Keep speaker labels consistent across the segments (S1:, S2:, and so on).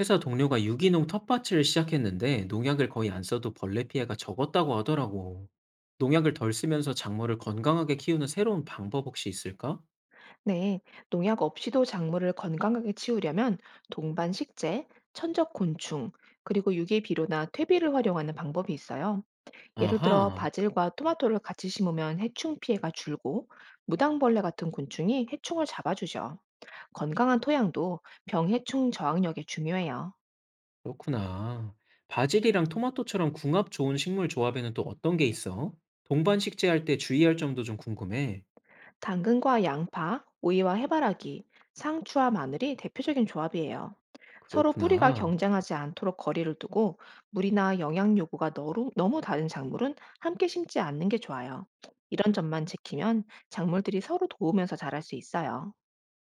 S1: 회사 동료가 유기농 텃밭을 시작했는데 농약을 거의 안 써도 벌레 피해가 적었다고 하더라고. 농약을 덜 쓰면서 작물을 건강하게 키우는 새로운 방법 혹시 있을까?
S2: 네, 농약 없이도 작물을 건강하게 키우려면 동반 식재, 천적 곤충, 그리고 유기비료나 퇴비를 활용하는 방법이 있어요. 예를 들어
S1: 아하,
S2: 바질과 토마토를 같이 심으면 해충 피해가 줄고 무당벌레 같은 곤충이 해충을 잡아주죠. 건강한 토양도 병해충 저항력에 중요해요.
S1: 그렇구나. 바질이랑 토마토처럼 궁합 좋은 식물 조합에는 또 어떤 게 있어? 동반 식재할 때 주의할 점도 좀 궁금해.
S2: 당근과 양파, 오이와 해바라기, 상추와 마늘이 대표적인 조합이에요. 서로 뿌리가
S1: 그렇구나.
S2: 경쟁하지 않도록 거리를 두고 물이나 영양 요구가 너무 다른 작물은 함께 심지 않는 게 좋아요. 이런 점만 지키면 작물들이 서로 도우면서 자랄 수 있어요.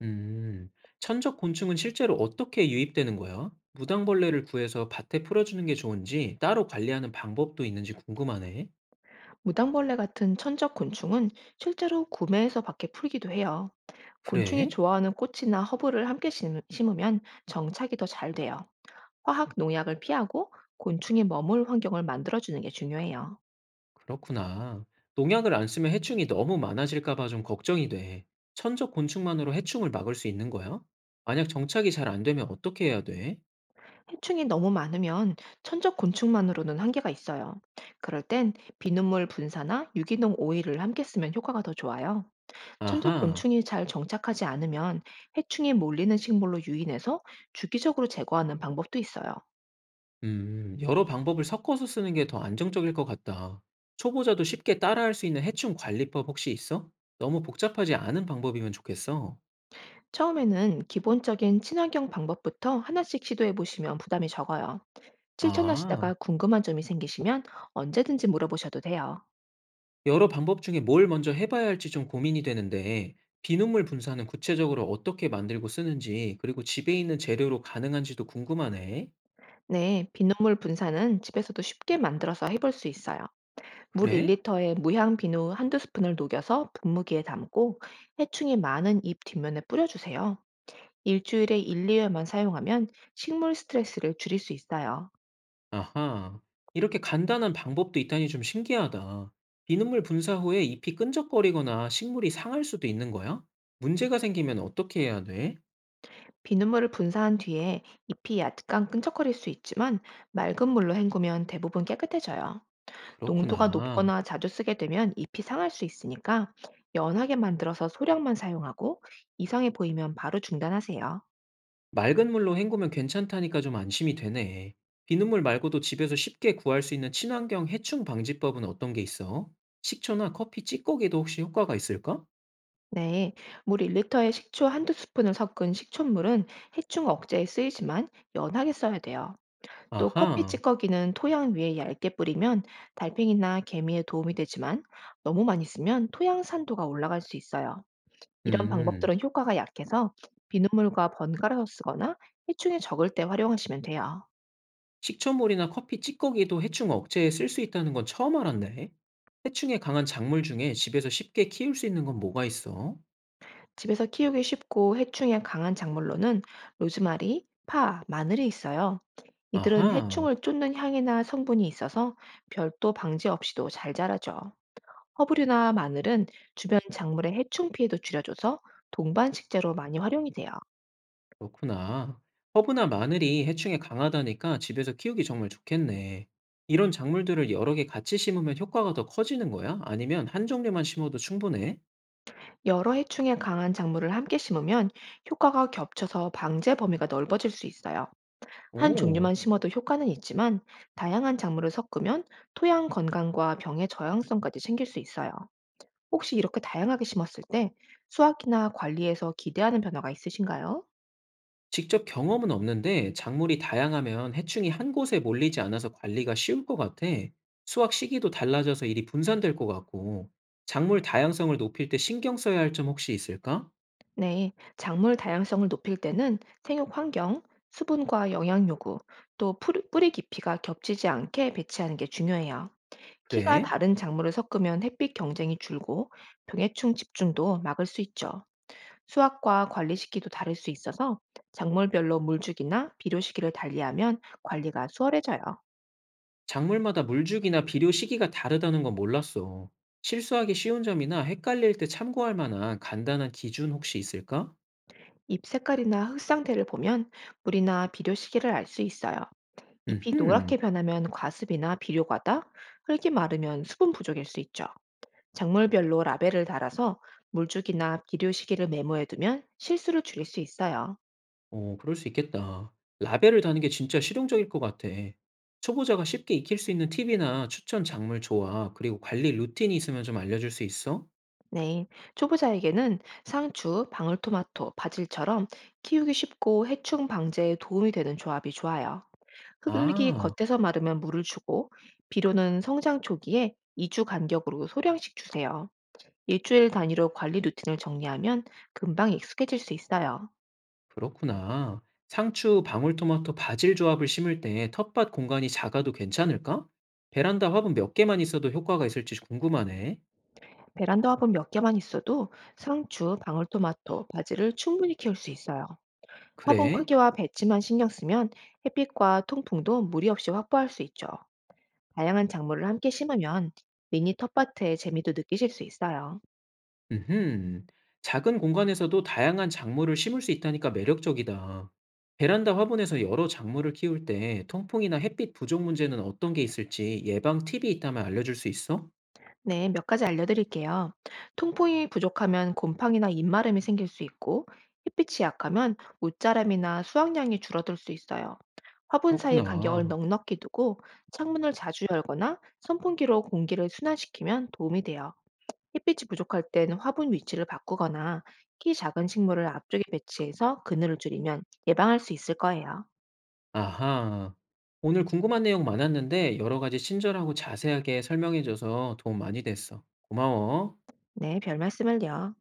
S1: 음, 천적 곤충은 실제로 어떻게 유입되는 거야? 무당벌레를 구해서 밭에 풀어주는 게 좋은지 따로 관리하는 방법도 있는지 궁금하네.
S2: 무당벌레 같은 천적 곤충은 실제로 구매해서 밖에 풀기도 해요. 곤충이
S1: 그래?
S2: 좋아하는 꽃이나 허브를 함께 심으면 정착이 더 잘 돼요. 화학 농약을 피하고 곤충이 머물 환경을 만들어주는 게 중요해요.
S1: 그렇구나. 농약을 안 쓰면 해충이 너무 많아질까 봐 좀 걱정이 돼. 천적 곤충만으로 해충을 막을 수 있는 거야? 만약 정착이 잘 안 되면 어떻게 해야 돼?
S2: 해충이 너무 많으면 천적 곤충만으로는 한계가 있어요. 그럴 땐 비눗물 분사나 유기농 오일을 함께 쓰면 효과가 더 좋아요. 천적
S1: 아하,
S2: 곤충이 잘 정착하지 않으면 해충이 몰리는 식물로 유인해서 주기적으로 제거하는 방법도 있어요.
S1: 여러 방법을 섞어서 쓰는 게 더 안정적일 것 같다. 초보자도 쉽게 따라할 수 있는 해충 관리법 혹시 있어? 너무 복잡하지 않은 방법이면 좋겠어.
S2: 처음에는 기본적인 친환경 방법부터 하나씩 시도해 보시면 부담이 적어요.
S1: 아.
S2: 실천하시다가 궁금한 점이 생기시면 언제든지 물어보셔도 돼요.
S1: 여러 방법 중에 뭘 먼저 해 봐야 할지 좀 고민이 되는데 비눗물 분사는 구체적으로 어떻게 만들고 쓰는지 그리고 집에 있는 재료로 가능한지도 궁금하네.
S2: 네, 비눗물 분사는 집에서도 쉽게 만들어서 해볼 수 있어요. 물
S1: 그래?
S2: 1리터에 무향 비누 한두 스푼을 녹여서 분무기에 담고 해충이 많은 잎 뒷면에 뿌려주세요. 일주일에 1, 2회만 사용하면 식물 스트레스를 줄일 수 있어요.
S1: 아하. 이렇게 간단한 방법도 있다니 좀 신기하다. 비눗물 분사 후에 잎이 끈적거리거나 식물이 상할 수도 있는 거야? 문제가 생기면 어떻게 해야 돼?
S2: 비눗물을 분사한 뒤에 잎이 약간 끈적거릴 수 있지만 맑은 물로 헹구면 대부분 깨끗해져요. 농도가
S1: 그렇구나.
S2: 높거나 자주 쓰게 되면 잎이 상할 수 있으니까 연하게 만들어서 소량만 사용하고 이상해 보이면 바로 중단하세요.
S1: 맑은 물로 헹구면 괜찮다니까 좀 안심이 되네. 비눗물 말고도 집에서 쉽게 구할 수 있는 친환경 해충 방지법은 어떤 게 있어? 식초나 커피 찌꺼기도 혹시 효과가 있을까?
S2: 네, 물 1리터에 식초 한두 스푼을 섞은 식초물은 해충 억제에 쓰이지만 연하게 써야 돼요. 또 커피
S1: 아하,
S2: 찌꺼기는 토양 위에 얇게 뿌리면 달팽이나 개미에 도움이 되지만 너무 많이 쓰면 토양 산도가 올라갈 수 있어요. 이런
S1: 음,
S2: 방법들은 효과가 약해서 비눗물과 번갈아서 쓰거나 해충이 적을 때 활용하시면 돼요.
S1: 식초물이나 커피 찌꺼기도 해충 억제에 쓸 수 있다는 건 처음 알았네. 해충에 강한 작물 중에 집에서 쉽게 키울 수 있는 건 뭐가 있어?
S2: 집에서 키우기 쉽고 해충에 강한 작물로는 로즈마리, 파, 마늘이 있어요. 이들은
S1: 아하.
S2: 해충을 쫓는 향이나 성분이 있어서 별도 방지 없이도 잘 자라죠. 허브류나 마늘은 주변 작물의 해충 피해도 줄여줘서 동반 식재로 많이 활용이 돼요.
S1: 그렇구나. 허브나 마늘이 해충에 강하다니까 집에서 키우기 정말 좋겠네. 이런 작물들을 여러 개 같이 심으면 효과가 더 커지는 거야? 아니면 한 종류만 심어도 충분해?
S2: 여러 해충에 강한 작물을 함께 심으면 효과가 겹쳐서 방제 범위가 넓어질 수 있어요. 한
S1: 오,
S2: 종류만 심어도 효과는 있지만 다양한 작물을 섞으면 토양 건강과 병의 저항성까지 챙길 수 있어요. 혹시 이렇게 다양하게 심었을 때 수확이나 관리에서 기대하는 변화가 있으신가요?
S1: 직접 경험은 없는데 작물이 다양하면 해충이 한 곳에 몰리지 않아서 관리가 쉬울 것 같아. 수확 시기도 달라져서 일이 분산될 것 같고. 작물 다양성을 높일 때 신경 써야 할 점 혹시 있을까?
S2: 네, 작물 다양성을 높일 때는 생육 환경, 수분과 영양 요구, 또 뿌리, 뿌리 깊이가 겹치지 않게 배치하는 게 중요해요. 키가
S1: 그래?
S2: 다른 작물을 섞으면 햇빛 경쟁이 줄고 병해충 집중도 막을 수 있죠. 수확과 관리 시기도 다를 수 있어서 작물별로 물주기나 비료 시기를 달리하면 관리가 수월해져요.
S1: 작물마다 물주기나 비료 시기가 다르다는 건 몰랐어. 실수하기 쉬운 점이나 헷갈릴 때 참고할 만한 간단한 기준 혹시 있을까?
S2: 잎 색깔이나 흙 상태를 보면 물이나 비료 시기를 알 수 있어요. 잎이
S1: 음흠,
S2: 노랗게 변하면 과습이나 비료 과다, 흙이 마르면 수분 부족일 수 있죠. 작물별로 라벨을 달아서 물주기나 비료 시기를 메모해두면 실수를 줄일 수 있어요.
S1: 어, 그럴 수 있겠다. 라벨을 다는 게 진짜 실용적일 것 같아. 초보자가 쉽게 익힐 수 있는 팁이나 추천 작물 조합, 그리고 관리 루틴이 있으면 좀 알려줄 수 있어?
S2: 네, 초보자에게는 상추, 방울토마토, 바질처럼 키우기 쉽고 해충 방제에 도움이 되는 조합이 좋아요. 흙이
S1: 아,
S2: 겉에서 마르면 물을 주고 비료는 성장 초기에 2주 간격으로 소량씩 주세요. 일주일 단위로 관리 루틴을 정리하면 금방 익숙해질 수 있어요.
S1: 그렇구나. 상추, 방울토마토, 바질 조합을 심을 때 텃밭 공간이 작아도 괜찮을까? 베란다 화분 몇 개만 있어도 효과가 있을지 궁금하네.
S2: 베란다 화분 몇 개만 있어도 상추, 방울토마토, 바지를 충분히 키울 수 있어요. 화분
S1: 그래?
S2: 크기와 배치만 신경 쓰면 햇빛과 통풍도 무리 없이 확보할 수 있죠. 다양한 작물을 함께 심으면 미니 텃밭의 재미도 느끼실 수 있어요.
S1: 음흠. 작은 공간에서도 다양한 작물을 심을 수 있다니까 매력적이다. 베란다 화분에서 여러 작물을 키울 때 통풍이나 햇빛 부족 문제는 어떤 게 있을지 예방 팁이 있다면 알려줄 수 있어?
S2: 네, 몇 가지 알려드릴게요. 통풍이 부족하면 곰팡이나 입마름이 생길 수 있고, 햇빛이 약하면 옷자람이나 수확량이 줄어들 수 있어요. 화분 사이 간격을
S1: 그렇구나.
S2: 넉넉히 두고 창문을 자주 열거나 선풍기로 공기를 순환시키면 도움이 돼요. 햇빛이 부족할 땐 화분 위치를 바꾸거나 키 작은 식물을 앞쪽에 배치해서 그늘을 줄이면 예방할 수 있을 거예요.
S1: 아하. 오늘 궁금한 내용 많았는데 여러 가지 친절하고 자세하게 설명해줘서 도움 많이 됐어. 고마워.
S2: 네, 별 말씀을요.